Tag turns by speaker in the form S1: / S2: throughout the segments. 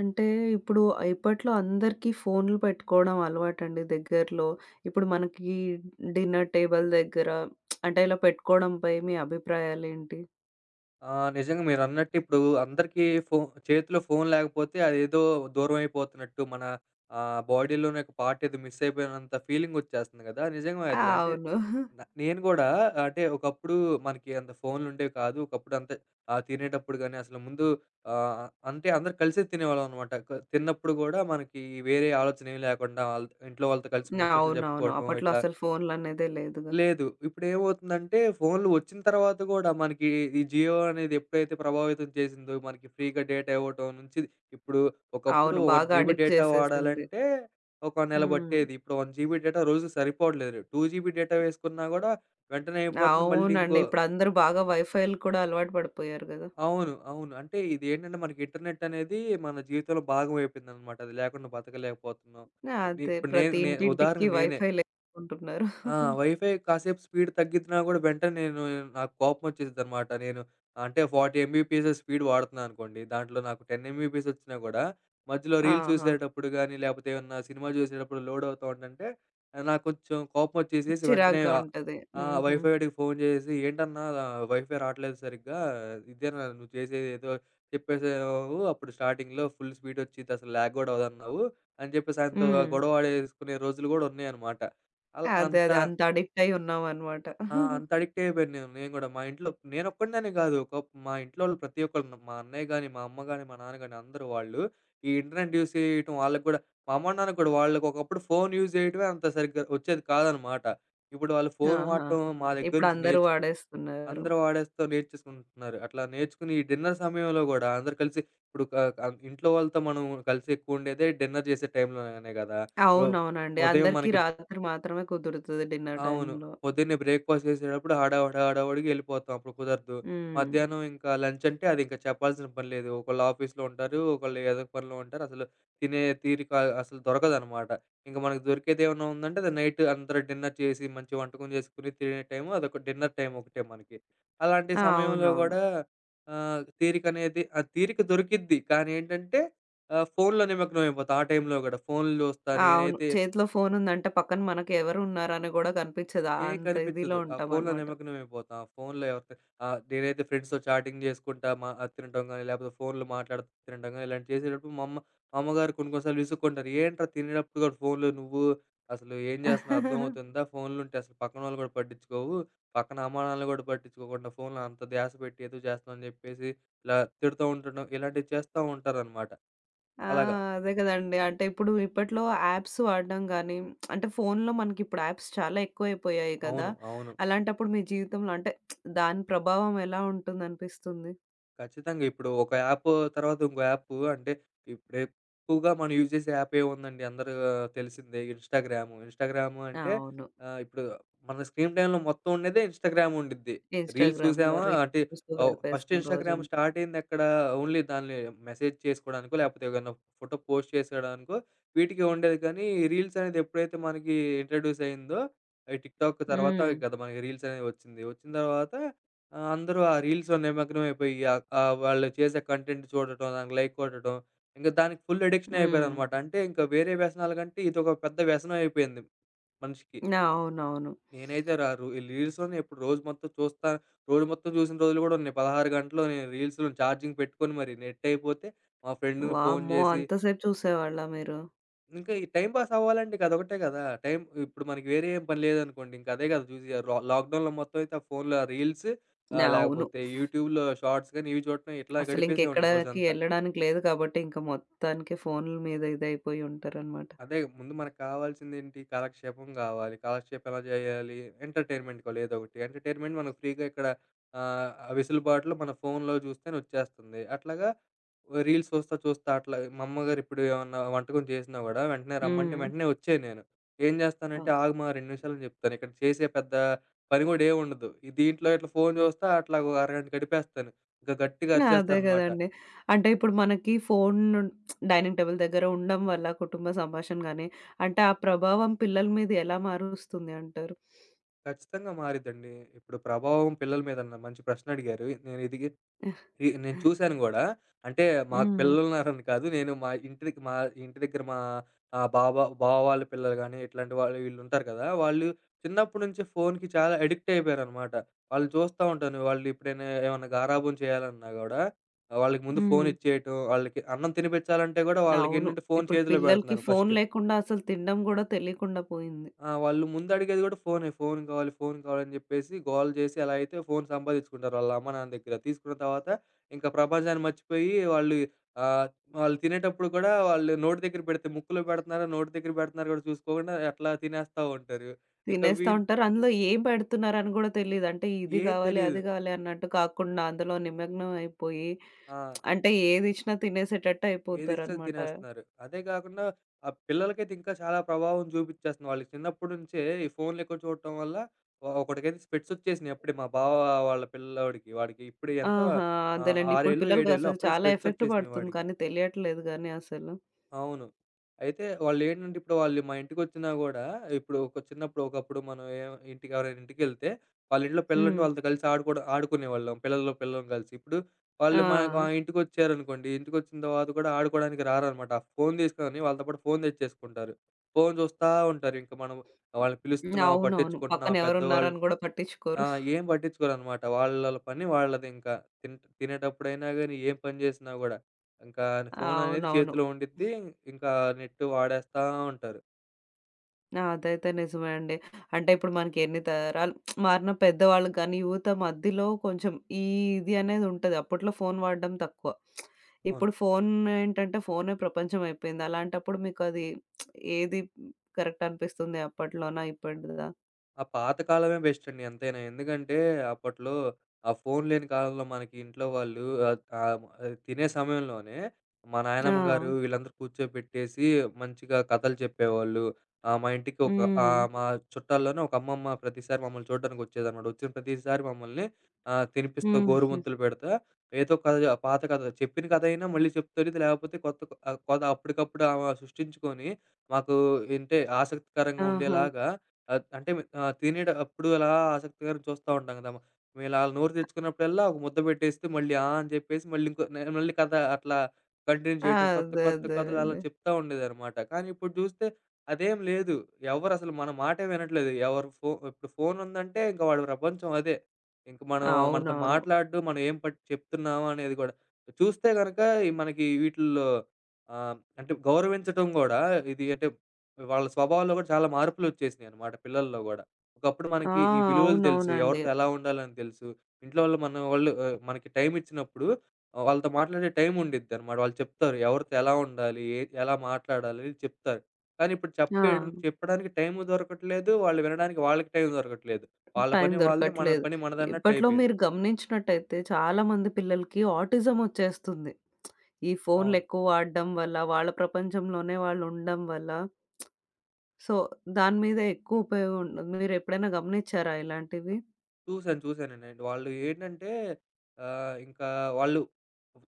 S1: అంటే ఇప్పుడు ఇప్పట్లో అందరికీ ఫోన్‌లు పెట్టుకోవడం అలవాటండి దగ్గరలో. ఇప్పుడు మనకి డిన్నర్ టేబుల్ దగ్గర అంటే ఇలా పెట్టుకోవడంపై మీ అభిప్రాయాలేంటి?
S2: ఆ! నిజంగా మీరన్నట్టు ఇప్పుడు అందరికీ ఫో చేతిలో ఫోను లేకపోతే అదేదో దూరం అయిపోతున్నట్టు మన బాడీలోని ఒక పార్ట్ ఏదో మిస్ అయిపోయినంత ఫీలింగ్ వచ్చేస్తుంది కదా! నిజంగా
S1: ఆ!
S2: అది. అంటే
S1: అవును.
S2: నేను గూడా అంటే ఒకప్పుడు మనకి అంత ఫోనులుండేవి కాదు. ఒకప్పుడు అంత తినేటప్పుడు గాని అసలు ముందు ఆహ్, అంటే అందరూ కలిసే తినేవాళ్ళం అనమాట. తిన్నప్పుడు గూడా మనకి వేరే ఆలోచన ఏమి లేకుండా ఇంట్లో వాళ్ళతో కలిసి ముచ్చట్లు
S1: అవునవును.
S2: చెప్పుకోవటం
S1: అప్పట్లో
S2: ఇట్లా
S1: అసలు ఫోన్‌లనేదే లేదుగా.
S2: లేదు. ఇప్పుడేమవుతుందంటే, ఫోన్లు వచ్చిన తర్వాత గూడా మనకి ఈ జియో అనేది ఎప్పుడైతే ప్రభావితం చేసిందో, మనకి ఫ్రీగా డేటా ఇవ్వటం నుంచి ఇప్పుడు ఒకప్పుడు
S1: అవును.
S2: 1
S1: బాగా
S2: జీబీ
S1: అడిక్ట్
S2: డేటా
S1: చేసేసింది.
S2: వాడాలంటే, ఒక నెల
S1: హ్మ్.
S2: పట్టేది. ఇప్పుడు 1 జీబీ డేటా రోజుకి సరిపోవట్లేదు. 2 జీబీ డేటా వేసుకున్నా గూడా వెంటనే అయిపోతుంది. మళ్ళీ
S1: అవునండి.
S2: ఇంకో
S1: ఇప్పుడు అందరూ బాగా వైఫైలు కూడా అలవాటు పడిపోయారు గదా!
S2: అవును. అవును. అంటే ఇదేంటంటే, మనకి ఇంటర్నెట్ అనేది మన జీవితంలో భాగం అయిపోయిందనమాట. అది లేకుండా బతకలేకపోతున్నాం. ని
S1: అదే
S2: ఇప్పుడు నేను
S1: ప్రతి
S2: నే
S1: ఇంటింటికి
S2: ఉదాహరణకు నేనే.
S1: వైఫైలేసుకుంటున్నారు.
S2: ఆ! వైఫై కాసేపు స్పీడ్ తగ్గిచ్చినా గూడా వెంటనే నేను నాకు కోపమొచ్చేసిద్దనమాట. నేను అంటే 40 ఎంబీపీఎస్ స్పీడ్ వాడుతున్నా అనుకోండి. దాంట్లో నాకు 10 ఎంబీపీఎస్ వచ్చినా గూడా మధ్యలో రీల్స్
S1: ఆహా!
S2: చూసేటప్పుడు గానీ, లేపోతే ఏమన్నా సినిమా చూసేటప్పుడు లోడ్ అవుతా ఉండంటే నాకు కొంచెం కోపమొచ్చేసేసి వెంటనే
S1: చిరాగ్గా ఉంటది.
S2: ఆ
S1: హుహు.
S2: వైఫై వాడికి ఫోను చేసేసి "ఏంటన్నా వైఫై రాట్లేదు సరిగ్గా. ఇదేనా నువ్వు చేసేది? ఏదో చెప్పేసావు అప్పుడు స్టార్టింగ్‌లో ఫుల్ స్పీడ్ వచ్చిద్ది, అసలు ల్యాగ్ గూడా అవ్వదన్నావు" అని చెప్పేసి ఆయనతో
S1: హ్మ్.
S2: గొడవ ఆడేసుకునే రోజులు గూడా ఉన్నాయనమాట. అలా
S1: అదే.
S2: అంత
S1: అదే. అంత అడిక్ట్ అయ్యి ఉన్నామనమాట.
S2: ఆ! అంత అడిక్ట్ అయిపోయాను నేను. నేను గూడా మా ఇంట్లో నేనొక్కడిననే గాదు. ఒక మా ఇంట్లోళ్ళు ప్రతి ఒక్కళ్ళు మా అన్నయ్య గాని, మా అమ్మ గాని, మా నాన్న గాని అందరూ వాళ్ళు ఈ ఇంటర్నెట్ యూజ్ చేయటం వాళ్ళకి గూడా మా అమ్మ, నాన్న గూడా వాళ్ళకి ఒకప్పుడు ఫోను యూజ్ చేయటమే అంత సరిగ్గా వచ్చేది కాదనమాట. ఇప్పుడు వాళ్ళు ఫోను
S1: ఆహా!
S2: వాడటం మా దగ్గర
S1: ఇప్పుడు
S2: నుంచి
S1: అందరూ
S2: నేర్చుకు
S1: వాడేస్తున్నారు.
S2: అందరూ వాడేస్తూ నేర్చేసుకుంటున్నారు. అట్లా నేర్చుకుని ఈ డిన్నర్ సమయంలో గూడా అందరూ కలిసి ఇప్పుడు ఇంట్లో వాళ్ళతో మనం కలిసి ఎక్కువ ఉండేదే డిన్నర్ చేసే టైంలోనే గదా! రో
S1: అవునవునండి.
S2: ఉదయం
S1: అందరికీ
S2: మనకి
S1: రాత్రి మాత్రమే కుదురుతది డిన్నర్
S2: అవును.
S1: టైమ్‌లో.
S2: పొద్దున్నే బ్రేక్‌ఫాస్ట్ చేసేటప్పుడు హడావుడి హడావుడిగా ఎళ్ళిపోతాం. అప్పుడు కుదరదు.
S1: హ్మ్.
S2: మధ్యాహ్నం ఇంకా లంచ్ అంటే అది ఇంకా చెప్పాల్సిన పని లేదు. ఒకళ్ళు ఆఫీస్‌లో ఉంటారు. ఒకళ్ళు ఏదో ఒక పనిలో ఉంటారు. అసలు తినే తీరిక అసలు దొరకదనమాట. ఇంక మనకు దొరికేది ఏమన్నా ఉందంటే అది నైట్ అందరూ డిన్నర్ చేసి, మంచి వంటకం చేసుకొని తినే టైము, అదొక డిన్నర్ టైమ్ ఒకటే మనకి. అలాంటి
S1: ఆ!
S2: సమయంలో
S1: అవునవును.
S2: గూడా తీరికనేది ఆ తీరిక దొరికిద్ది. కానీ ఏంటంటే ఫోన్‌లో నిమగ్నం అయిపోతాం ఆ టైంలో గూడా. ఫోన్‌లు చూస్తా
S1: అవును.
S2: నేనైతే
S1: చేతిలో ఫోన్ ఉందంటే పక్కన మనకి ఎవరు ఉన్నారని గూడా కనిపించదు.
S2: ఏం
S1: అంత
S2: కనిపించదు.
S1: ఇదిలో
S2: ఆ ఫోన్‌లో
S1: ఉంటామనమాట.
S2: నిమగ్నమైపోతాం. ఆ ఫోన్‌లో ఎవరితో నేనైతే ఫ్రెండ్స్‌తో చాటింగ్ చేసుకుంటా మా ఆ, తినటం గాని, లేకపోతే ఫోన్‌లో మాట్లాడుతూ తినటం గాని, ఇలాంటివి చేసేటప్పుడు మా అమ్మ, మా అమ్మగారు కొన్ని కొన్ని సార్లు విసుక్కుంటారు. "ఏంట్రా తినేటప్పుడు కూడా ఫోన్‌లో నువ్వు అసలు ఏం చేస్తున్నావు? అర్థమవుతుందా? ఫోన్‌లో ఉంటే అసలు పక్కనోళ్ళు కూడా పట్టించుకోవు. పక్కన అమ్మానాన్నలు కూడా పట్టించుకోకుండా ఫోన్‌లో అంత ధ్యాస పెట్టి ఏదో చేస్తున్నావు" అని చెప్పేసి ఇలా తిడుతూ ఉండటం, ఇలాంటివి చేస్తా ఉంటారనమాట.
S1: ఆ!
S2: అలాగా.
S1: అదే గదండీ. అంటే ఇప్పుడు ఇప్పట్లో యాప్స్ వాడడం గానీ, అంటే ఫోన్‌లో మనకిప్పుడు యాప్స్ చాలా ఎక్కువైపోయాయి కదా!
S2: అవును. అవును.
S1: అలాంటప్పుడు మీ జీవితంలో అంటే దాని ప్రభావం ఎలా ఉంటుందనిపిస్తుంది?
S2: ఖచ్చితంగా. ఇప్పుడు ఒక యాపు తర్వాత ఇంకో యాపు అంటే ఇప్పుడు ఎక్కువగా మనం యూజ్ చేసే యాప్ ఏముందండి? అందరూ తెలిసిందే, ఇన్‌స్టాగ్రాము. ఇన్‌స్టాగ్రాము అంటే
S1: అవును.
S2: ఇప్పుడు మన స్క్రీన్ టైమ్‌లో మొత్తం ఉండేదే ఇన్‌స్టాగ్రామ్ ఉండిద్ది. రీల్స్
S1: ఇన్‌స్టాగ్రామ్‌లో
S2: చూసామా
S1: రీల్స్
S2: అంటే
S1: చూస్తూ
S2: ఫస్ట్
S1: గడిపేస్తాం
S2: ఇన్‌స్టాగ్రామ్
S1: రోజంతా.
S2: స్టార్ట్ అయిందెక్కడ ఓన్లీ దాన్ని మెసేజ్ చేసుకోవడానికో, లేకపోతే ఏదైనా ఫోటో పోస్ట్ చేసేయడానికో వీటికే ఉండేది. కానీ రీల్స్ అనేది ఎప్పుడైతే మనకి ఇంట్రొడ్యూస్ అయిందో ఈ టిక్‌టాక్ తర్వాత
S1: హ్మ్.
S2: కదా మనకి రీల్స్ అనేది వచ్చింది. వచ్చిన తర్వాత ఆ! అందరూ ఆ రీల్స్‌లో నిమగ్నం అయిపోయి ఆహ్, ఆహ్, వాళ్ళు చేసే కంటెంట్ చూడటం, దానికి లైక్ కొట్టడం, ఇంకా దానికి ఫుల్ అడిక్షన్
S1: హ్మ్.
S2: అయిపోయారనమాట. అంటే ఇంకా వేరే వ్యసనాల కంటే ఇదొక పెద్ద వ్యసనం అయిపోయింది మనిషికి.
S1: అవునవును.
S2: నేనైతే రా రు ఈ రీల్స్‌లోనే ఇప్పుడు రోజు మొత్తం చూస్తా రోజు మొత్తం చూసిన రోజులు కూడా ఉన్నాయి. 16 గంటలు నేను రీల్స్‌లో ఛార్జింగ్ పెట్టుకొని మరి నెట్ అయిపోతే మా ఫ్రెండ్‌కి ఫోను
S1: వామ్మో!
S2: చేసి
S1: అంతసేపు చూసేవాళ్ళా మీరు?
S2: ఇంకా ఈ టైం పాస్ అవ్వాలంటే ఇంక అదొకటే గదా! టైం ఇప్పుడు మనకి వేరే ఏం పని లేదనుకోండి. ఇంక అదే గదా చూసి లాక్‌డౌన్‌లో మొత్తం అయితే ఆ ఫోన్‌లో రీల్స్
S1: అవును.
S2: లేకపోతే యూట్యూబ్‌లో షార్ట్స్ గాని, ఇవి చూడటం ఇట్లా గడిపేసేవాడిని
S1: అసలింకెక్కడకి
S2: రోజంతా.
S1: ఎళ్ళడానికి లేదు కాబట్టి ఇంక మొత్తానికి ఫోన్‌ల మీద ఇదైపోయి ఉంటారనమాట.
S2: అదే ముందు మనకు కావాల్సిందేంటి? కాలక్షేపం గావాలి. కాలక్షేపం ఎలా జేయాలి? ఎంటర్‌టైన్‌మెంట్ గూడా ఏదో ఒకటి. ఎంటర్‌టైన్‌మెంట్ మనకు ఫ్రీగా ఇక్కడ ఆహ్, వెసులుబాటులో మన ఫోన్‌లో చూస్తేనే వచ్చేస్తుంది. అట్లాగా రీల్స్ చూస్తా, చూస్తా అట్లా మా అమ్మగారు ఇప్పుడు ఏమన్నా వంటకం చేసినా గూడా వెంటనే రమ్మంటే
S1: హ్మ్.
S2: వెంటనే వచ్చేయి నేను. ఏం జేస్తానంటే
S1: అవును.
S2: ఆగుమా 2 నిమిషాలు అని జెప్తాను. ఇక్కడ చేసే పెద్ద పని గూడా ఏముండదు. దీంట్లో ఇట్లా ఫోను జూస్తా అట్లా ఒక అరగంట గడిపేస్తాను. ఇంకా గట్టిగా
S1: అదే
S2: అరిచేస్తాననమాట.
S1: గదండీ. అంటే ఇప్పుడు మనకి ఫోన్ డైనింగ్ టేబుల్ దగ్గర ఉండడం వల్ల కుటుంబ సంభాషణ గాని, అంటే ఆ ప్రభావం పిల్లల మీద ఎలా మారుస్తుంది అంటారు?
S2: ఖచ్చితంగా మారిద్దండి. ఇప్పుడు ప్రభావం పిల్లల మీద అన్న మంచి ప్రశ్న అడిగారు. నేను ఇది నేను చూసాను గూడా. అంటే మాకు
S1: హ్మ్.
S2: పిల్లలున్నారని కాదు. నేను మా మా ఇంటి దగ్గర మా బావ బావ వాళ్ళ పిల్లలు గానీ, ఇట్లాంటి వాళ్ళు వీళ్ళుంటారు కదా! వాళ్ళు చిన్నప్పటి నుంచి ఫోన్‌కి చాలా అడిక్ట్ అయిపోయారనమాట. వాళ్ళని చూస్తా ఉంటాను. వాళ్ళు ఎప్పుడైనా ఏమన్నా గారాబం చేయాలన్నా గూడా, వాళ్ళకి ముందు ఫోన్
S1: హ్మ్.
S2: ఇచ్చేయటం, వాళ్ళకి అన్నం తినిపించాలంటే గూడా
S1: అవును.
S2: వాళ్ళకేంటంటే ఫోన్
S1: ఇప్పుడు
S2: చేతిలో
S1: పిల్లలకి
S2: పెడుతున్నారు
S1: ఫోను
S2: ఫస్ట్.
S1: లేకుండా అసలు తినడం గూడా తెలీకుండా పోయింది.
S2: ఆ! వాళ్ళు ముందడిగేది గూడా ఫోనే. ఫోను కావాలి, ఫోను కావాలని జెప్పేసి గోల జేసి ఎలా అయితే ఫోను సంపాదిచ్చుకుంటారు వాళ్ళ అమ్మ, నాన్న దగ్గర. తీసుకున్న తర్వాత ఇంకా ప్రపంచాన్ని మర్చిపోయి వాళ్ళు ఆహ్, వాళ్ళు తినేటప్పుడు కూడా వాళ్ళు నోటి దగ్గర పెడితే ముక్కులో పెడుతున్నారా, నోటి దగ్గర పెడుతున్నారా గూడా చూసుకోకుండా అట్లా తినేస్తా ఉంటారు. ఇక
S1: తినేస్తా
S2: వీళ్ళు
S1: ఉంటారు. అందులో ఏం పెడుతున్నారని గూడా తెలీదు. అంటే ఇది
S2: ఏం
S1: గావాలి,
S2: తెలీదు.
S1: అది గావాలి అన్నట్టు కాకుండా అందులో నిమగ్నం అయిపోయి
S2: ఆ!
S1: అంటే ఏదిచ్చినా తినేసేటట్టు
S2: ఏదిచ్చినా అది
S1: అయిపోతారనమాట.
S2: తినేస్తున్నారు. అదే కాకుండా ఆ పిల్లలకైతే ఇంకా చాలా ప్రభావం చూపిచ్చేస్తుంది. వాళ్ళకి చిన్నప్పటి నుంచే ఈ ఫోన్లు ఎక్కువ చూడటం వల్ల ఒకడికైతే స్పెట్స్ వచ్చేసినాయి అప్పుడే, మా బావ వాళ్ళ పిల్లోడికి. వాడికి ఇప్పుడు ఎంత
S1: ఆహా! అదేలెండి.
S2: 6
S1: ఇప్పుడు
S2: ఏళ్ళో, 7
S1: పిల్లలకి
S2: ఏళ్ళో
S1: అసలు
S2: అప్పుడే
S1: చాలా
S2: స్పెట్స్
S1: ఎఫెక్ట్
S2: వచ్చేసినాయి
S1: పడుతుంది
S2: వాడికి.
S1: కానీ తెలియట్లేదు గానీ అసలు.
S2: అవును. అయితే వాళ్ళేంటంటే ఇప్పుడు వాళ్ళు మా ఇంటికొచ్చినా గూడా ఇప్పుడు ఒక చిన్నప్పుడు ఒకప్పుడు మనం ఏం ఇంటికి ఎవరైనా ఇంటికెళ్తే వాళ్ళింట్లో పిల్లలుంటే
S1: హ్మ్.
S2: వాళ్ళతో కలిసి ఆడుకోవడం ఆడుకునేవాళ్ళం. పిల్లలు, పిల్లలం కలిసి. ఇప్పుడు
S1: ఆ!
S2: వాళ్ళు మా మా ఇంటికొచ్చారనుకోండి, ఇంటికొచ్చిన తర్వాత కూడా ఆడుకోవడానికి రారనమాట. ఆ ఫోను తీసుకొని వాళ్ళతో పాటు ఫోను తెచ్చేసుకుంటారు. ఫోను చూస్తా ఉంటారు. ఇంక మనం వాళ్ళని పిలుస్తున్నామా,
S1: అవునవును. పక్కన
S2: పట్టించుకుంటున్నామా పెద్దవాళ్ళు
S1: ఎవరున్నారని గూడా
S2: ఆ!
S1: పట్టించుకోరు.
S2: ఏం పట్టించుకోరనమాట. వాళ్ళళ్ళ పని వాళ్ళదింక. తినేటప్పుడైనా గాని, ఏం పని చేసినా గూడా. ఇంకా ఫోననేది
S1: అవునవును.
S2: చేతిలో ఉండిద్ది. ఇంకా నెట్ వాడేస్తా ఉంటారు.
S1: ఆ! అదైతే నిజమే అండి. అంటే ఇప్పుడు మనకి ఎన్ని తరాలు మారిన పెద్దవాళ్ళు కానీ యువత మధ్యలో కొంచెం ఈ ఇది అనేది ఉంటది. అప్పట్లో ఫోను వాడడం తక్కువ.
S2: అవును.
S1: ఇప్పుడు ఫోను ఏంటంటే ఫోనే ప్రపంచం అయిపోయింది. అలాంటప్పుడు మీకది ఏది కరెక్ట్ అనిపిస్తుంది అప్పట్లోనా? ఇప్పటిదా?
S2: ఆ పాత కాలమే బెస్ట్ అండి ఎంతైనా. ఎందుకంటే అప్పట్లో ఆ ఫోన్ లేని కాలంలో మనకి ఇంట్లో వాళ్ళు ఆహ్, ఆహ్, ఆహ్, తినే సమయంలోనే మా
S1: ఆ!
S2: నాయనమ్మ గారు వీళ్ళందరూ కూర్చోపెట్టేసి మంచిగా కథలు చెప్పేవాళ్ళు. మా ఇంటికి ఒక
S1: హ్మ్.
S2: మా చుట్టాల్లోనే ఒక అమ్మమ్మ ప్రతిసారి మమ్మల్ని చూడడానికొచ్చేదనమాట. వచ్చిన ప్రతిసారి మమ్మల్ని తినిపిస్తూ
S1: హుహు.
S2: గోరుముద్దలు పెడతా ఏదో కథ పాత కథ చెప్పిన కథ అయినా మళ్ళీ చెప్తది. లేకపోతే కొత్త కథ అప్పటికప్పుడు ఆమె సృష్టించుకొని మాకు ఏంటే ఆసక్తికరంగా
S1: ఆహా!
S2: ఉండేలాగా అంటే తినేటప్పుడు అలా ఆసక్తిగా చూస్తా ఉంటాం గదా! మేమిలా నోరు తెరుచుకున్నప్పుడల్లా ఒక ముద్ద పెట్టేస్తే మళ్ళీ ఆ! అని చెప్పేసి మళ్ళీ ఇంకో మళ్ళీ కథ అట్లా కంటిన్యూ చేయటం. కొత్త
S1: అదే
S2: కొత్త కథలు అలా
S1: అదేనండి.
S2: చెప్తా ఉండేదనమాట. కానీ ఇప్పుడు చూస్తే అదేం లేదు. ఎవరసలు మన మాటే వినట్లేదు. ఎవరు ఇప్పుడు ఫోనుందంటే ఇంక వాడి ప్రపంచం అదే. ఇంక మనం మనతో
S1: అవునవును.
S2: మాట్లాడడు, మనం ఏం చెప్తున్నాము అనేది గూడా. చూస్తే గనక ఈ మనకి వీటిల్లో అంటే గౌరవించటం గూడా ఇది అంటే వాళ్ళ స్వభావంలో కూడా చాలా మార్పులొచ్చేసినియనమాట పిల్లల్లో గూడా. ఒకప్పుడు
S1: ఆ!
S2: మనకి ఈ విలువలు తెలుసు.
S1: అవునవునండి.
S2: ఎవరితో ఎలా ఉండాలని తెలుసు. ఇంట్లో వాళ్ళు మన వాళ్ళు మనకి టైమిచ్చినప్పుడు వాళ్ళతో మాట్లాడే టైముండిద్దనమాట. వాళ్ళు చెప్తారు. ఎవరితో ఎలా ఉండాలి? ఏ ఎలా మాట్లాడాలి? అని చెప్తారు. కానీ ఇప్పుడు
S1: ఆ!
S2: చెప్పేయడం చెప్పడానికి టైము దొరకట్లేదు. వాళ్ళు వినడానికి వాళ్ళకి టైం దొరకట్లేదు. వాళ్ళ
S1: టైం
S2: పని వాళ్ళది. మన
S1: దొరకట్లేదు.
S2: పని
S1: ఇప్పట్లో
S2: మనదన్నట్టయిపోయింది.
S1: మీరు గమనించినట్టయితే చాలామంది పిల్లలకి ఆటిజం ఒచ్చేస్తుంది. ఈ ఫోన్‌లు
S2: అవును.
S1: ఎక్కువ వాడడం వల్ల, వాళ్ళ ప్రపంచంలోనే వాళ్ళు ఉండడం వల్ల. సో, దాని మీద ఎక్కువ ఉపయోగం ఉంటుంది. మీరెప్పుడైనా గమనిచ్చారా ఇలాంటివి?
S2: చూసాను. చూసానండి. వాళ్ళు ఏంటంటే ఇంకా వాళ్ళు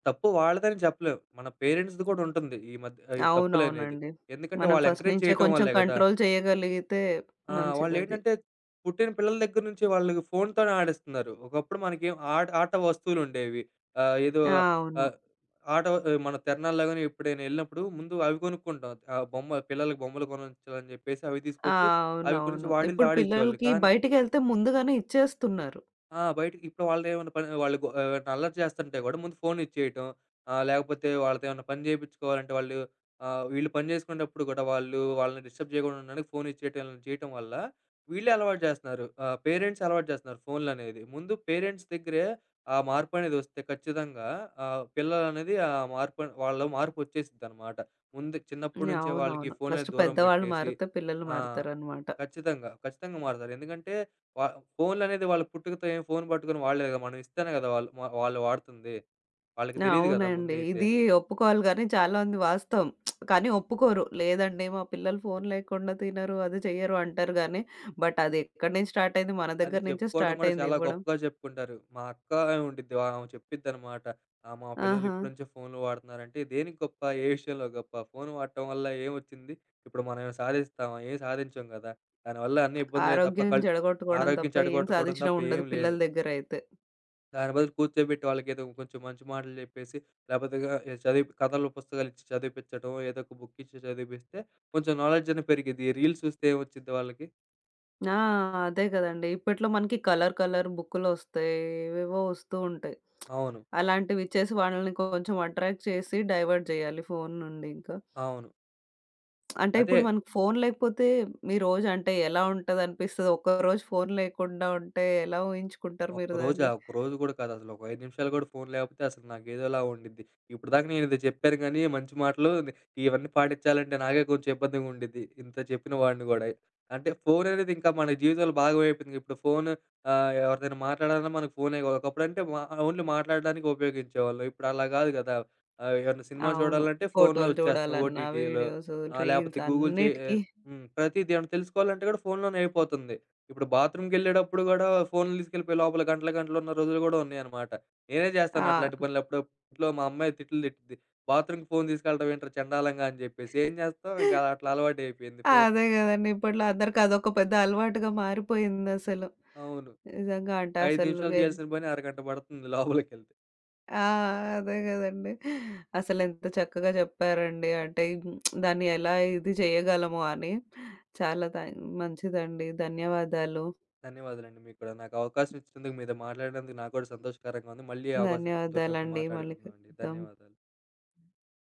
S2: తప్పు వాళ్ళదని చెప్పలేం. మన పేరెంట్స్‌ది కూడా ఉంటుంది. ఈ మధ్య ఈ తప్పులనేది.
S1: అవునవునండి.
S2: ఎందుకంటే
S1: మనం
S2: వాళ్ళు
S1: ఫస్ట్
S2: ఎంకరేజ్
S1: నుంచే
S2: చేయటం
S1: కొంచెం
S2: వల్లే కదా!
S1: కంట్రోల్ చేయగలిగితే మంచిదది.
S2: వాళ్ళేంటంటే పుట్టిన పిల్లల దగ్గర నుంచి వాళ్ళకి ఫోన్‌తోనే ఆడిస్తున్నారు. ఒకప్పుడు మనకేం ఆట ఆట వస్తువులుండేవి. ఏదో
S1: ఆ! అవును.
S2: ఆహ్, ఆట ఆ, మన తిరణాల్లో గాని ఎప్పుడైనా ఎళ్ళినప్పుడు ముందు అవి కొనుక్కుంటాం. బొమ్మ పిల్లలకి బొమ్మలు కొనించాలని చెప్పేసి అవి
S1: ఆ!
S2: తీసుకొచ్చి అవి గురించి
S1: అవునవును.
S2: వాటిలితో
S1: ఇప్పుడు
S2: ఆడిచ్చేవాళ్ళు.
S1: పిల్లలకి
S2: కానీ
S1: బయటికెళ్తే ముందుగానే ఇచ్చేస్తున్నారు.
S2: ఆ! బయటికి ఇప్పుడు వాళ్ళదేమన్నా పని వాళ్ళు గొ అల్లరి చేస్తుంటే గూడా ముందు ఫోనిచ్చేయటం. లేకపోతే వాళ్ళతో ఏమన్నా పని జేపిచ్చుకోవాలంటే వాళ్ళు వీళ్ళు పని జేసుకునేటప్పుడు గూడా వాళ్ళు వాళ్ళని డిస్టర్బ్ జేయకుండా ఉండడానికి ఫోనిచ్చేయటం ఇలా చేయటం వల్ల వీళ్ళే అలవాటు జేస్తున్నారు. పేరెంట్స్ అలవాటు జేస్తున్నారు ఫోన్లనేది. ముందు పేరెంట్స్ దగ్గరే ఆ మార్పనేదొస్తే ఖచ్చితంగా పిల్లలనేది ఆ మార్పు వాళ్ళలో మార్పొచ్చేసిద్దనమాట. ముందు చిన్నప్పటి నుంచే వాళ్ళకి
S1: అవునవును.
S2: ఫోన్‌లనేది
S1: ఫస్ట్
S2: దూరం
S1: పెద్దవాళ్ళు
S2: బెట్టేసి
S1: మారితే పిల్లలు
S2: ఆ!
S1: మారుతారనమాట.
S2: ఖచ్చితంగా. ఖచ్చితంగా మారుతారు. ఎందుకంటే వా ఫోన్లనేది వాళ్ళ పుట్టుకతో ఏం ఫోన్ పట్టుకొని వాడలేదు కదా! మనం ఇస్తేనే కదా! వాళ్ళు వాళ్ళు వాడుతుంది. వాళ్ళకి
S1: ఆ,
S2: తెలీదు కదా
S1: అవునండి.
S2: ముందైతే.
S1: ఇది ఒప్పుకోవాలి గానీ చాలా మంది వాస్తవం. కానీ ఒప్పుకోరు. లేదండి మా పిల్లలు ఫోను లేకుండా తినరు, అది చెయ్యరు అంటారు గానీ, బట్ అది ఎక్కడి నుంచి స్టార్ట్ అయింది మన
S2: అది
S1: దగ్గర నుంచే
S2: చెప్పుకోవడం
S1: స్టార్ట్
S2: కూడా
S1: అయింది
S2: చాలా
S1: ఇవ్వడం.
S2: గొప్పగా చెప్పుకుంటారు. మా అక్క ఉండిద్ది. వా- ఆమె చెప్పిద్దనమాట. "మా పిల్లలు
S1: ఆహా!
S2: ఇప్పటి నుంచే ఫోన్లు వాడుతున్నారంటే" దేనికి గొప్ప? ఏ విషయంలో గొప్ప? ఫోన్ వాడటం వల్ల ఏమొచ్చింది? ఇప్పుడు మనం ఏమైనా సాధిస్తామా? ఏం సాధించం కదా! దానివల్ల అన్ని ఇబ్బందులే తప్ప
S1: ఆరోగ్యం చెడగొట్టుకోవడం
S2: ఆరోగ్యం
S1: తప్ప ఏం
S2: చెడగొట్టుకోవడం
S1: సాధించడం
S2: తప్ప ఏం
S1: ఉండదు
S2: లేదు.
S1: పిల్లల దగ్గరయితే.
S2: దాని బదులు కూర్చోబెట్టి వాళ్ళకేదో కొంచెం మంచి మాటలు చెప్పేసి, లేపోతే చదివి కథలు, పుస్తకాలు ఇచ్చి చదివిపిచ్చటం, ఏదో ఒక బుక్ ఇచ్చి చదివిపిస్తే కొంచెం నాలెడ్జ్ అనేది పెరిగిద్ది. ఈ రీల్స్ చూస్తే ఏమొచ్చిద్ది వాళ్ళకి?
S1: ఆ! అదే గదండీ. ఇప్పట్లో మనకి కలర్ కలర్ బుక్కులొస్తాయి. ఏవేవో వస్తూ ఉంటాయి.
S2: అవును.
S1: అలాంటివి ఇచ్చేసి వాళ్ళని కొంచెం అట్రాక్ట్ చేసి డైవర్ట్ జేయాలి ఫోను నుండి ఇంకా.
S2: అవును.
S1: అంటే
S2: అదే
S1: ఇప్పుడు మనకు ఫోను లేకపోతే మీ రోజు అంటే ఎలా ఉంటదనిపిస్తది? ఒక్కరోజు ఫోను లేకుండా ఉంటే ఎలా ఊహించుకుంటారు మీరు
S2: ఒక్కరోజా?
S1: దాన్ని?
S2: ఒక్కరోజు గూడా కాదు. అసలు ఒక 5 నిమిషాలు గూడా ఫోను లేకపోతే అసలు నాకేదోలా ఉండిద్ది. ఇప్పటిదాకా నేనిది చెప్పాను గానీ, మంచి మాటలు ని- ఇవన్నీ పాటించాలంటే నాకే కొంచెం ఇబ్బందిగా ఉండిద్ది. ఇంత చెప్పిన వాడిని గూడా. అంటే ఫోను అనేది ఇంకా మన జీవితంలో భాగం అయిపోయింది. ఇప్పుడు ఫోను ఎవరితోనా మాట్లాడాలన్నా మనకు ఫోనే ఒకప్పుడంటే మా ఓన్లీ మాట్లాడడానికి ఉపయోగించేవాళ్ళం. ఇప్పుడు అలా గాదు గదా! ఏమన్నా సినిమా
S1: అవును.
S2: చూడాలంటే ఫోనులో
S1: ఫోటోలు
S2: వచ్చేస్తున్నాయి
S1: చూడాలన్నా,
S2: ఓటీటీలో.
S1: వీడియోస్,
S2: లేపోతే
S1: రీల్స్
S2: గూగుల్ చే
S1: అన్నిటికి
S2: హ్మ్. ప్రతీది ఏమన్నా తెలుసుకోవాలంటే గూడా ఫోనులోనే అయిపోతుంది. ఇప్పుడు బాత్రూమ్‌కెళ్ళేటప్పుడు గూడా ఫోన్‌లు తీసుకెళ్ళిపోయి లోపల గంటలు, గంటలు ఉన్న రోజులు గూడా ఉన్నాయన్నమాట. నేనే
S1: ఆ!
S2: చేస్తాను అట్లాంటి పనులు అప్పుడప్పుడు. ఇంట్లో మా అమ్మాయి తిట్లు తిట్టిద్ది. "బాత్రూమ్‌కి ఫోన్ తీసుకెళ్ళడం ఏంట్రా చండాలంగా" అని జెప్పేసి. ఏం చేస్తాం ఇంక అట్లా అలవాటయిపోయింది. ఫో
S1: అదే గదండీ! ఇప్పట్లో అందరికి అదొక పెద్ద అలవాటుగా మారిపోయిందసలు.
S2: అవును.
S1: నిజంగా అంటే
S2: 5
S1: అసలు
S2: నిమిషాలు చేయాల్సిన పని అరగంట పడుతుంది లోపలికెళ్తే.
S1: ఆ! అదే గదండీ! అసలెంత చక్కగా చెప్పారండి. అంటే దాన్ని ఎలా ఇది చేయగలము అని. చాలా థాం మంచిదండి. ధన్యవాదాలు.
S2: ధన్యవాదాలండి మీకు కూడా. నాకు అవకాశం ఇచ్చినందుకు మీతో మాట్లాడినందుకు నాకు కూడా సంతోషకరంగా ఉంది. మళ్ళీ అవకాశం దొరికినప్పుడు
S1: ధన్యవాదాలండి. మళ్ళీ
S2: మాట్లాడుకుందాం అండి.
S1: కలుద్దాం.
S2: ధన్యవాదాలు.